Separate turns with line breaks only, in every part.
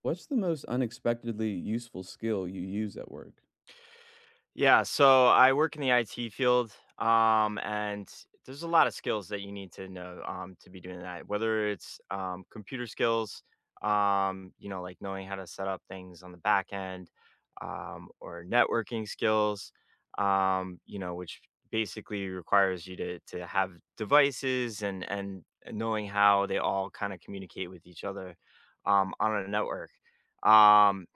What's the most unexpectedly useful skill you use at work?
Yeah, so I work in the IT field, and there's a lot of skills that you need to know, to be doing that. Whether it's, computer skills, like knowing how to set up things on the back end, or networking skills, which basically requires you to have devices and knowing how they all kind of communicate with each other, on a network. Um,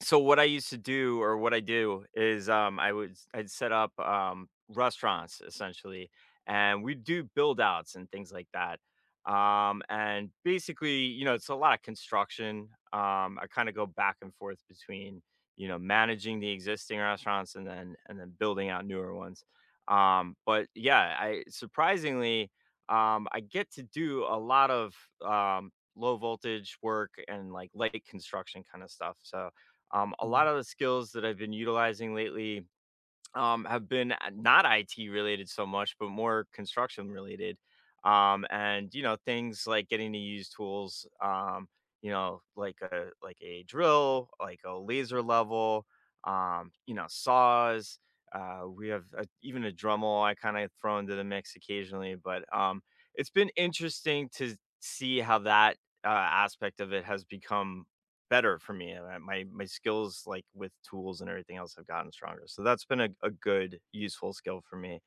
so what I used to do or what I do is, I'd set up, restaurants essentially, and we do build outs and things like that. And basically, you know, it's a lot of construction. I kind of go back and forth between, you know, managing the existing restaurants and then building out newer ones. But yeah, I surprisingly, I get to do a lot of, um, low voltage work and like light construction kind of stuff. So a lot
Mm.
of the skills that I've been utilizing lately have been, not IT related so much, but more construction related. And you know, things like getting to use tools, like a drill, like a laser level, saws. We have a, even a Dremel I kind of throw into the mix occasionally, but it's been interesting to see how that, aspect of it has become better for me. My skills like with tools and everything else have gotten stronger. So that's been a good useful skill for me.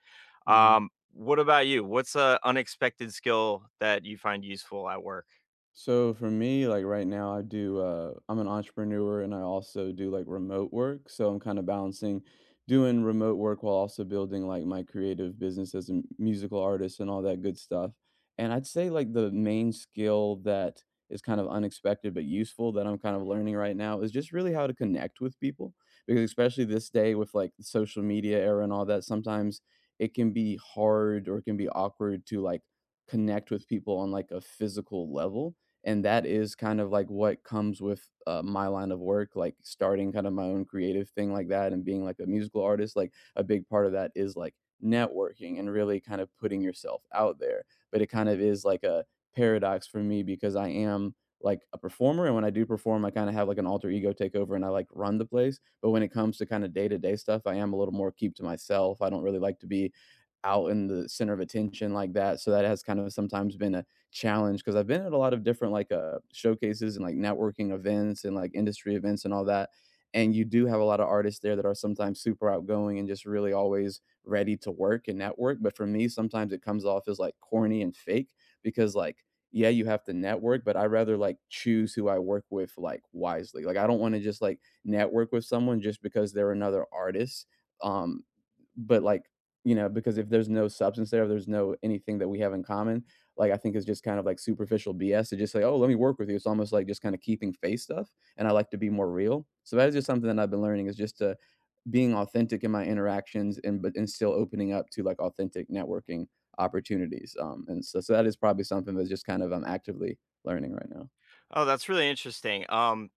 Mhm.
What about you? What's a unexpected skill that you find useful at work?
So for me, like right now, I do. I'm an entrepreneur, and I also do like remote work. So I'm kind of balancing doing remote work while also building like my creative business as a musical artist and all that good stuff. And I'd say like the main skill that is kind of unexpected but useful that I'm kind of learning right now is just really how to connect with people. Because especially this day with like the social media era and all that, sometimes it can be hard or it can be awkward to like connect with people on like a physical level, and that is kind of like what comes with, my line of work, like starting kind of my own creative thing like that and being like a musical artist. Like a big part of that is like networking and really kind of putting yourself out there. But it kind of is like a paradox for me because I am like a performer, and when I do perform, I kind of have like an alter ego takeover and I like run the place. But when it comes to kind of day-to-day stuff, I am a little more keep to myself. I don't really like to be out in the center of attention like that. So that has kind of sometimes been a challenge because I've been at a lot of different like showcases and like networking events and like industry events and all that. And you do have a lot of artists there that are sometimes super outgoing and just really always ready to work and network. But for me, sometimes it comes off as like corny and fake because like yeah, you have to network, but I rather like choose who I work with like wisely. Like I don't want to just like network with someone just because they're another artist. Um, but like you know, because if there's no substance there, if there's no anything that we have in common, like I think is just kind of like superficial BS to just say, oh, let me work with you. It's almost like just kind of keeping face stuff. And I like to be more real. So that is just something that I've been learning, is just to being authentic in my interactions and but and still opening up to like authentic networking opportunities. And so so that is probably something that's just kind of I'm actively learning right now.
Oh, that's really interesting.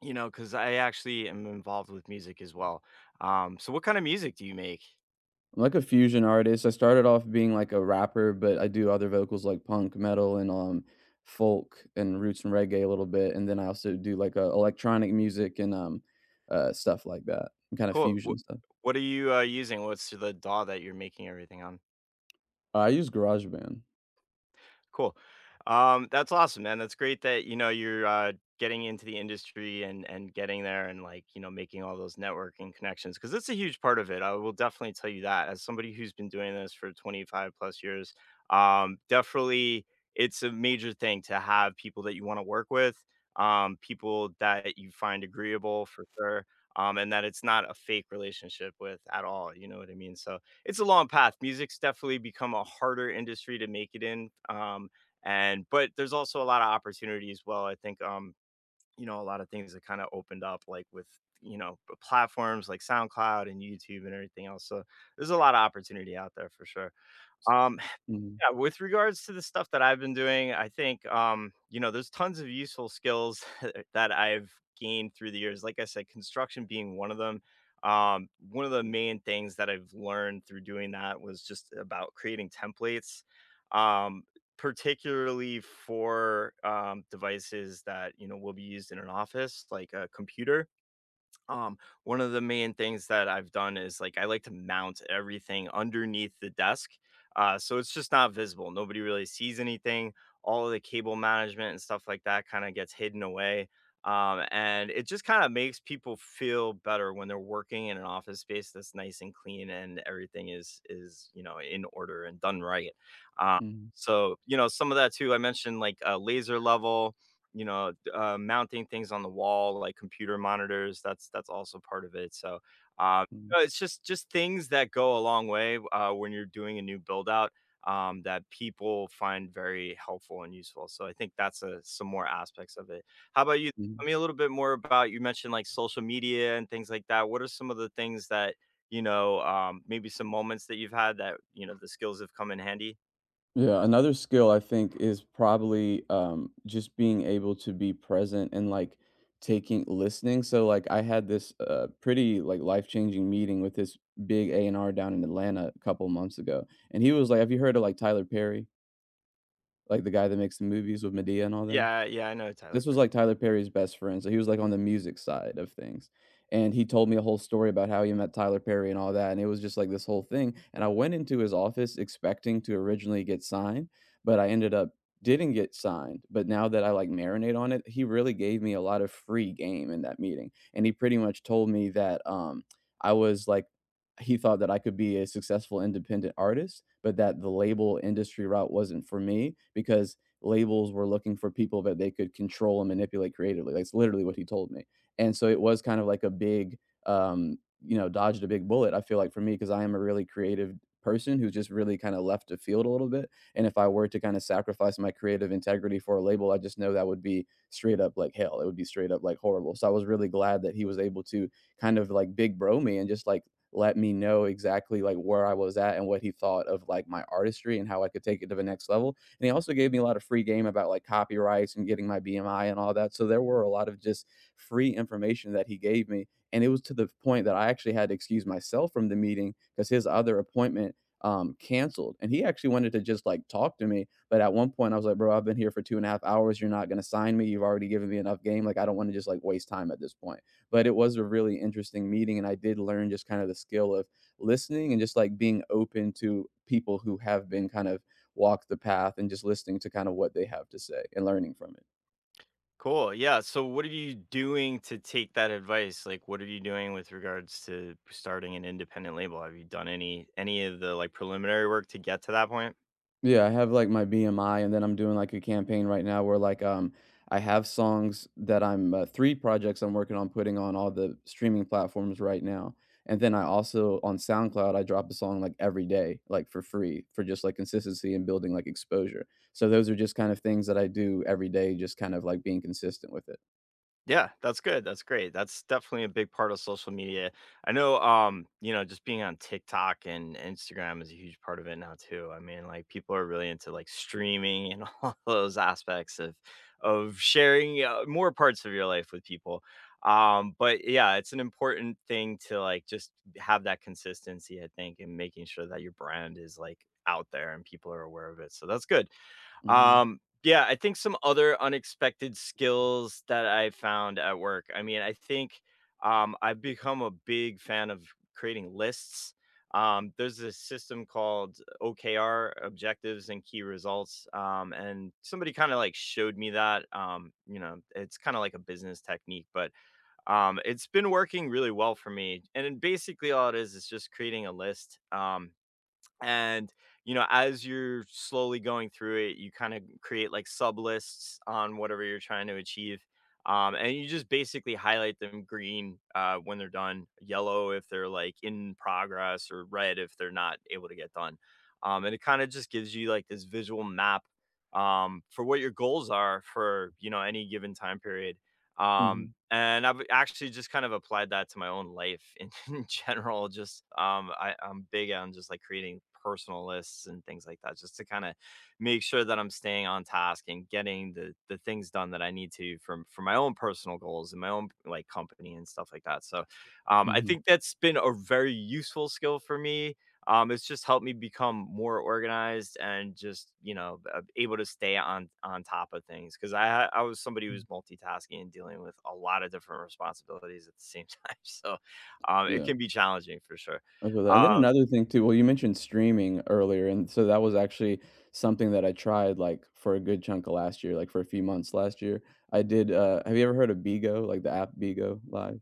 You know, because I actually am involved with music as well. So what kind of music do you make?
I'm like a fusion artist. I started off being like a rapper, but I do other vocals like punk, metal, and folk and roots and reggae a little bit, and then I also do like electronic music and stuff like that, kind of
Cool.
fusion stuff.
What are you, using? What's the DAW that you're making everything on?
I use GarageBand.
Cool. That's awesome, man. That's great that, you know, you're, getting into the industry and getting there and like, you know, making all those networking connections because it's a huge part of it. I will definitely tell you that as somebody who's been doing this for 25 plus years, definitely it's a major thing to have people that you want to work with, people that you find agreeable for sure, and that it's not a fake relationship with at all. You know what I mean? So it's a long path. Music's definitely become a harder industry to make it in. And but there's also a lot of opportunity as well. I think, a lot of things that kind of opened up like with you know platforms like SoundCloud and YouTube and everything else. So there's a lot of opportunity out there for sure. Um
Mhm,
yeah, with regards to the stuff that I've been doing, I think, there's tons of useful skills that I've gained through the years. Like I said, construction being one of them. One of the main things that I've learned through doing that was just about creating templates, um, particularly for, devices that, you know, will be used in an office, like a computer. Um, One of the main things that I've done is like I like to mount everything underneath the desk. So it's just not visible. Nobody really sees anything. All of the cable management and stuff like that kind of gets hidden away. And it just kind of makes people feel better when they're working in an office space that's nice and clean and everything is you know in order and done right. Uh,
mhm,
so you know some of that too. I mentioned like a laser level, you know, mounting things on the wall, like computer monitors. That's also part of it. So, um,
mhm,
no, it's just things that go a long way, when you're doing a new build out, that people find very helpful and useful. So I think that's a, some more aspects of it. How about you?
mhm.
Tell me a little bit more about you mentioned like social media and things like that. What are some of the things that, maybe some moments that you've had that you know the skills have come in handy?
Yeah, another skill I think is probably, just being able to be present and, like, taking listening. So, like, I had this, pretty, like, life-changing meeting with this big A&R down in Atlanta a couple months ago, and he was like, "Have you heard of, like, Tyler Perry? Like, the guy that makes the movies with Medea and all them?"
Yeah, yeah, I know
This
Tyler.
was, like, Tyler Perry's best friend, so he was, like, on the music side of things, and he told me a whole story about how he met Tyler Perry and all that, and it was just, like, this whole thing, and I went into his office expecting to originally get signed, but I ended up didn't get signed. But now that I, like, marinate on it, he really gave me a lot of free game in that meeting, and he pretty much told me that, I was, like, he thought that I could be a successful independent artist, but that the label industry route wasn't for me because labels were looking for people that they could control and manipulate creatively. That's literally what he told me. And so it was kind of like a big, um, you know, dodged a big bullet, I feel like, for me, because I am a really creative person who's just really kind of left the field a little bit. And if I were to kind of sacrifice my creative integrity for a label, I just know that would be straight up like hell. It would be straight up like horrible. So I was really glad that he was able to kind of like big bro me and just like let me know exactly like where I was at and what he thought of like my artistry and how I could take it to the next level, and he also gave me a lot of free game about like copyrights and getting my BMI and all that. So there were a lot of just free information that he gave me. And it was to the point that I actually had to excuse myself from the meeting because his other appointment canceled and he actually wanted to just like talk to me, but at one point I was like, bro, I've been here for 2.5 hours, you're not going to sign me, you've already given me enough game, like I don't want to just like waste time at this point. But it was a really interesting meeting, and I did learn just kind of the skill of listening and just like being open to people who have been kind of walk the path and just listening to kind of what they have to say and learning from it.
Cool. Yeah. So, what are you doing to take that advice? Like, what are you doing with regards to starting an independent label? Have you done any of the like preliminary work to get to that point?
Yeah, I have like my BMI, and then I'm doing like a campaign right now where like I have songs that I'm three projects I'm working on putting on all the streaming platforms right now. And then I also on SoundCloud I drop a song like every day like for free, for just like consistency and building like exposure. So those are just kind of things that I do every day, just kind of like being consistent with it.
Yeah, that's good, that's great. That's definitely a big part of social media. I know, just being on TikTok and Instagram is a huge part of it now too. I mean, like people are really into like streaming and all those aspects of sharing, more parts of your life with people. But yeah, it's an important thing to like just have that consistency, I think, and making sure that your brand is like out there and people are aware of it. So that's good.
Mhm,
Yeah, I think some other unexpected skills that I found at work. I mean, I think, I've become a big fan of creating lists. There's a system called OKR, objectives and key results. And somebody kind of like showed me that. You know, it's kind of like a business technique, but it's been working really well for me. And then basically, all it is just creating a list. And you know as you're slowly going through it you kind of create like sub lists on whatever you're trying to achieve, and you just basically highlight them green, when they're done, yellow if they're like in progress, or red if they're not able to get done, and it kind of just gives you like this visual map, for what your goals are for you know any given time period,
mhm,
and I've actually just kind of applied that to my own life in, in general. Just, I'm big on just like creating personal lists and things like that, just to kind of make sure that I'm staying on task and getting the things done that I need to from for my own personal goals and my own like company and stuff like that. So I
mhm,
think that's been a very useful skill for me, it's just helped me become more organized and just, you know, able to stay on top of things because I was somebody who was
mm.
multitasking and dealing with a lot of different responsibilities at the same time. So it
Yeah,
can be challenging for sure.
I feel that. And then
Um,
another thing too, well, you mentioned streaming earlier, and so that was actually something that I tried, like, for a good chunk of last year, like, for a few months last year. I did, have you ever heard of BeGo, like, the app BeGo Live?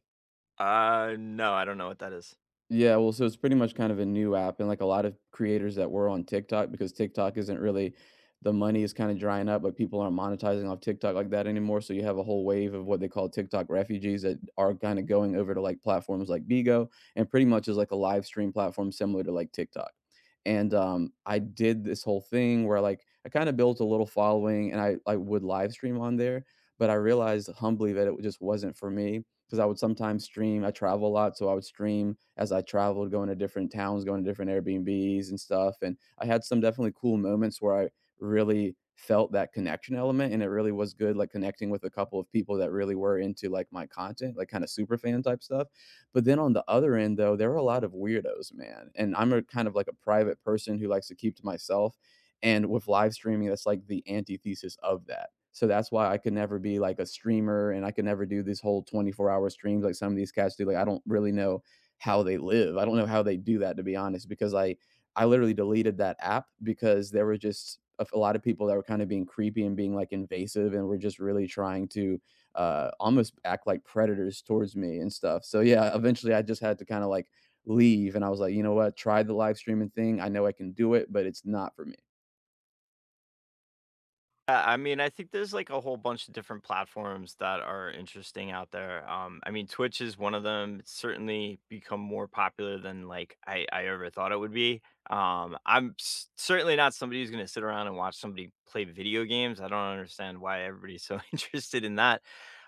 no, I don't know what that is.
Yeah, well, so it's pretty much kind of a new app, and like a lot of creators that were on TikTok, because TikTok isn't really, the money is kind of drying up, but people aren't monetizing off TikTok like that anymore. So you have a whole wave of what they call TikTok refugees that are kind of going over to like platforms like Bigo, and pretty much is like a live stream platform similar to like TikTok. And I did this whole thing where like I kind of built a little following, and I would live stream on there, but I realized humbly that it just wasn't for me because I would sometimes stream. I travel a lot, so I would stream as I traveled, going to different towns, going to different Airbnbs and stuff. And I had some definitely cool moments where I really felt that connection element, and it really was good, like connecting with a couple of people that really were into like my content, like kind of super fan type stuff. But then on the other end, though, there were a lot of weirdos, man. And I'm a kind of like a private person who likes to keep to myself. And with live streaming, that's like the antithesis of that. So that's why I could never be like a streamer, and I could never do this whole 24-hour streams like some of these cats do. Like I don't really know how they live. I don't know how they do that, to be honest, because I literally deleted that app because there were just a lot of people that were kind of being creepy and being like invasive and were just really trying to almost act like predators towards me and stuff. So yeah, eventually I just had to kind of like leave, and I was like, you know what, try the live streaming thing. I know I can do it, but it's not for me.
I mean, I think there's like a whole bunch of different platforms that are interesting out there. I mean, Twitch is one of them. It's certainly become more popular than like I ever thought it would be. I'm certainly not somebody who's going to sit around and watch somebody play video games. I don't understand why everybody's so interested in that.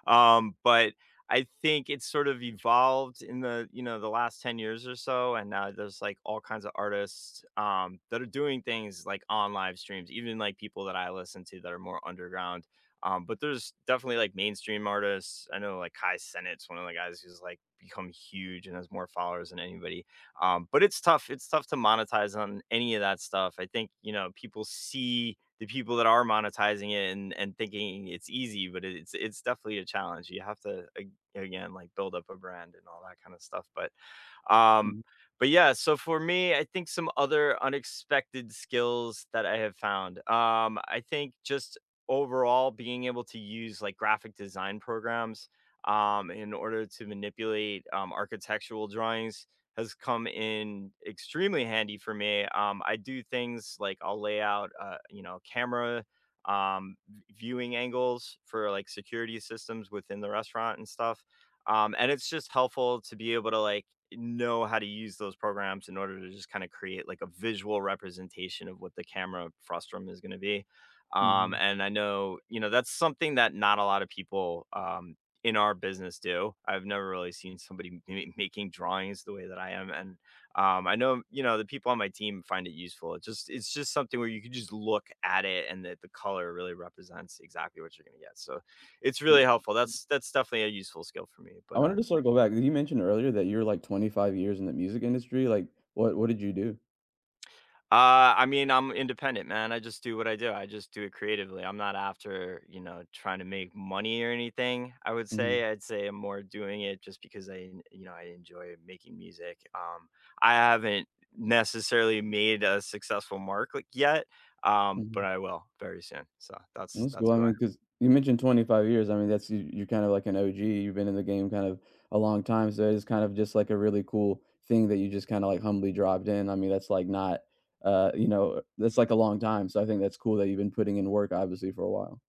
But I think it's sort of evolved in the, you know, the last 10 years or so, and now there's, like, all kinds of artists, that are doing things, like, on live streams, even, like, people that I listen to that are more underground, but there's definitely, like, mainstream artists. I know, like, Kai Cenat's one of the guys who's, like, become huge and has more followers than anybody, but it's tough to monetize on any of that stuff. I think, you know, people see the people that are monetizing it and thinking it's easy, but it's definitely a challenge. You have to again, like build up a brand and all that kind of stuff. Um,
Mhm.
but yeah, so for me, I think some other unexpected skills that I have found. I think just overall being able to use like graphic design programs, in order to manipulate, architectural drawings has come in extremely handy for me. I do things like I'll lay out, you know, camera, viewing angles for like security systems within the restaurant and stuff. And it's just helpful to be able to like know how to use those programs in order to just kind of create like a visual representation of what the camera frustum is going to be.
Mhm.
And I know, you know, that's something that not a lot of people, in our business do. I've never really seen somebody making drawings the way that I am. And I know, you know, the people on my team find it useful. It just, it's just something where you can just look at it and that the color really represents exactly what you're going to get. So it's really helpful. That's definitely a useful skill for me.
I
But,
wanted
uh,
to circle back. You mentioned earlier that you're, like, 25 years in the music industry, like, what did you do?
Uh, I mean, I'm independent, man. I just do what I do. I just do it creatively. I'm not after, you know, trying to make money or anything. I would
Mhm,
say I'd say I'm more doing it just because you know, I enjoy making music. I haven't necessarily made a successful mark like yet, but
mhm.
I will very soon. So that's
That's cool,
that's
I
who.
mean, because you mentioned 25 years, I mean, that's, you're kind of like an OG, you've been in the game kind of a long time, so it's kind of just, like, a really cool thing that you just kinda, like, humbly dropped in. I mean, that's, like, not, you know, that's, like, a long time, so I think that's cool that you've been putting in work, obviously, for a while.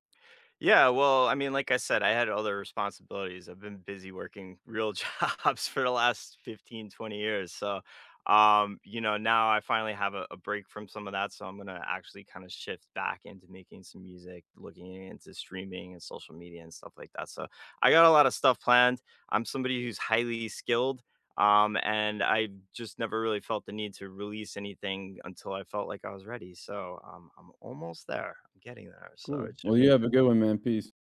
Yeah, well, I mean, like I said, I had other responsibilities. I've been busy working real jobs for the last 15, 20 years. So you know, now I finally have a break from some of that. So I'm going to actually kind of shift back into making some music, looking into streaming and social media and stuff like that. So I got a lot of stuff planned. I'm somebody who's highly skilled. And I just never really felt the need to release anything until I felt like I was ready. So I'm almost there. I'm getting there. So
Cool.
it
Well,
should
you
be
have a good one, man, peace.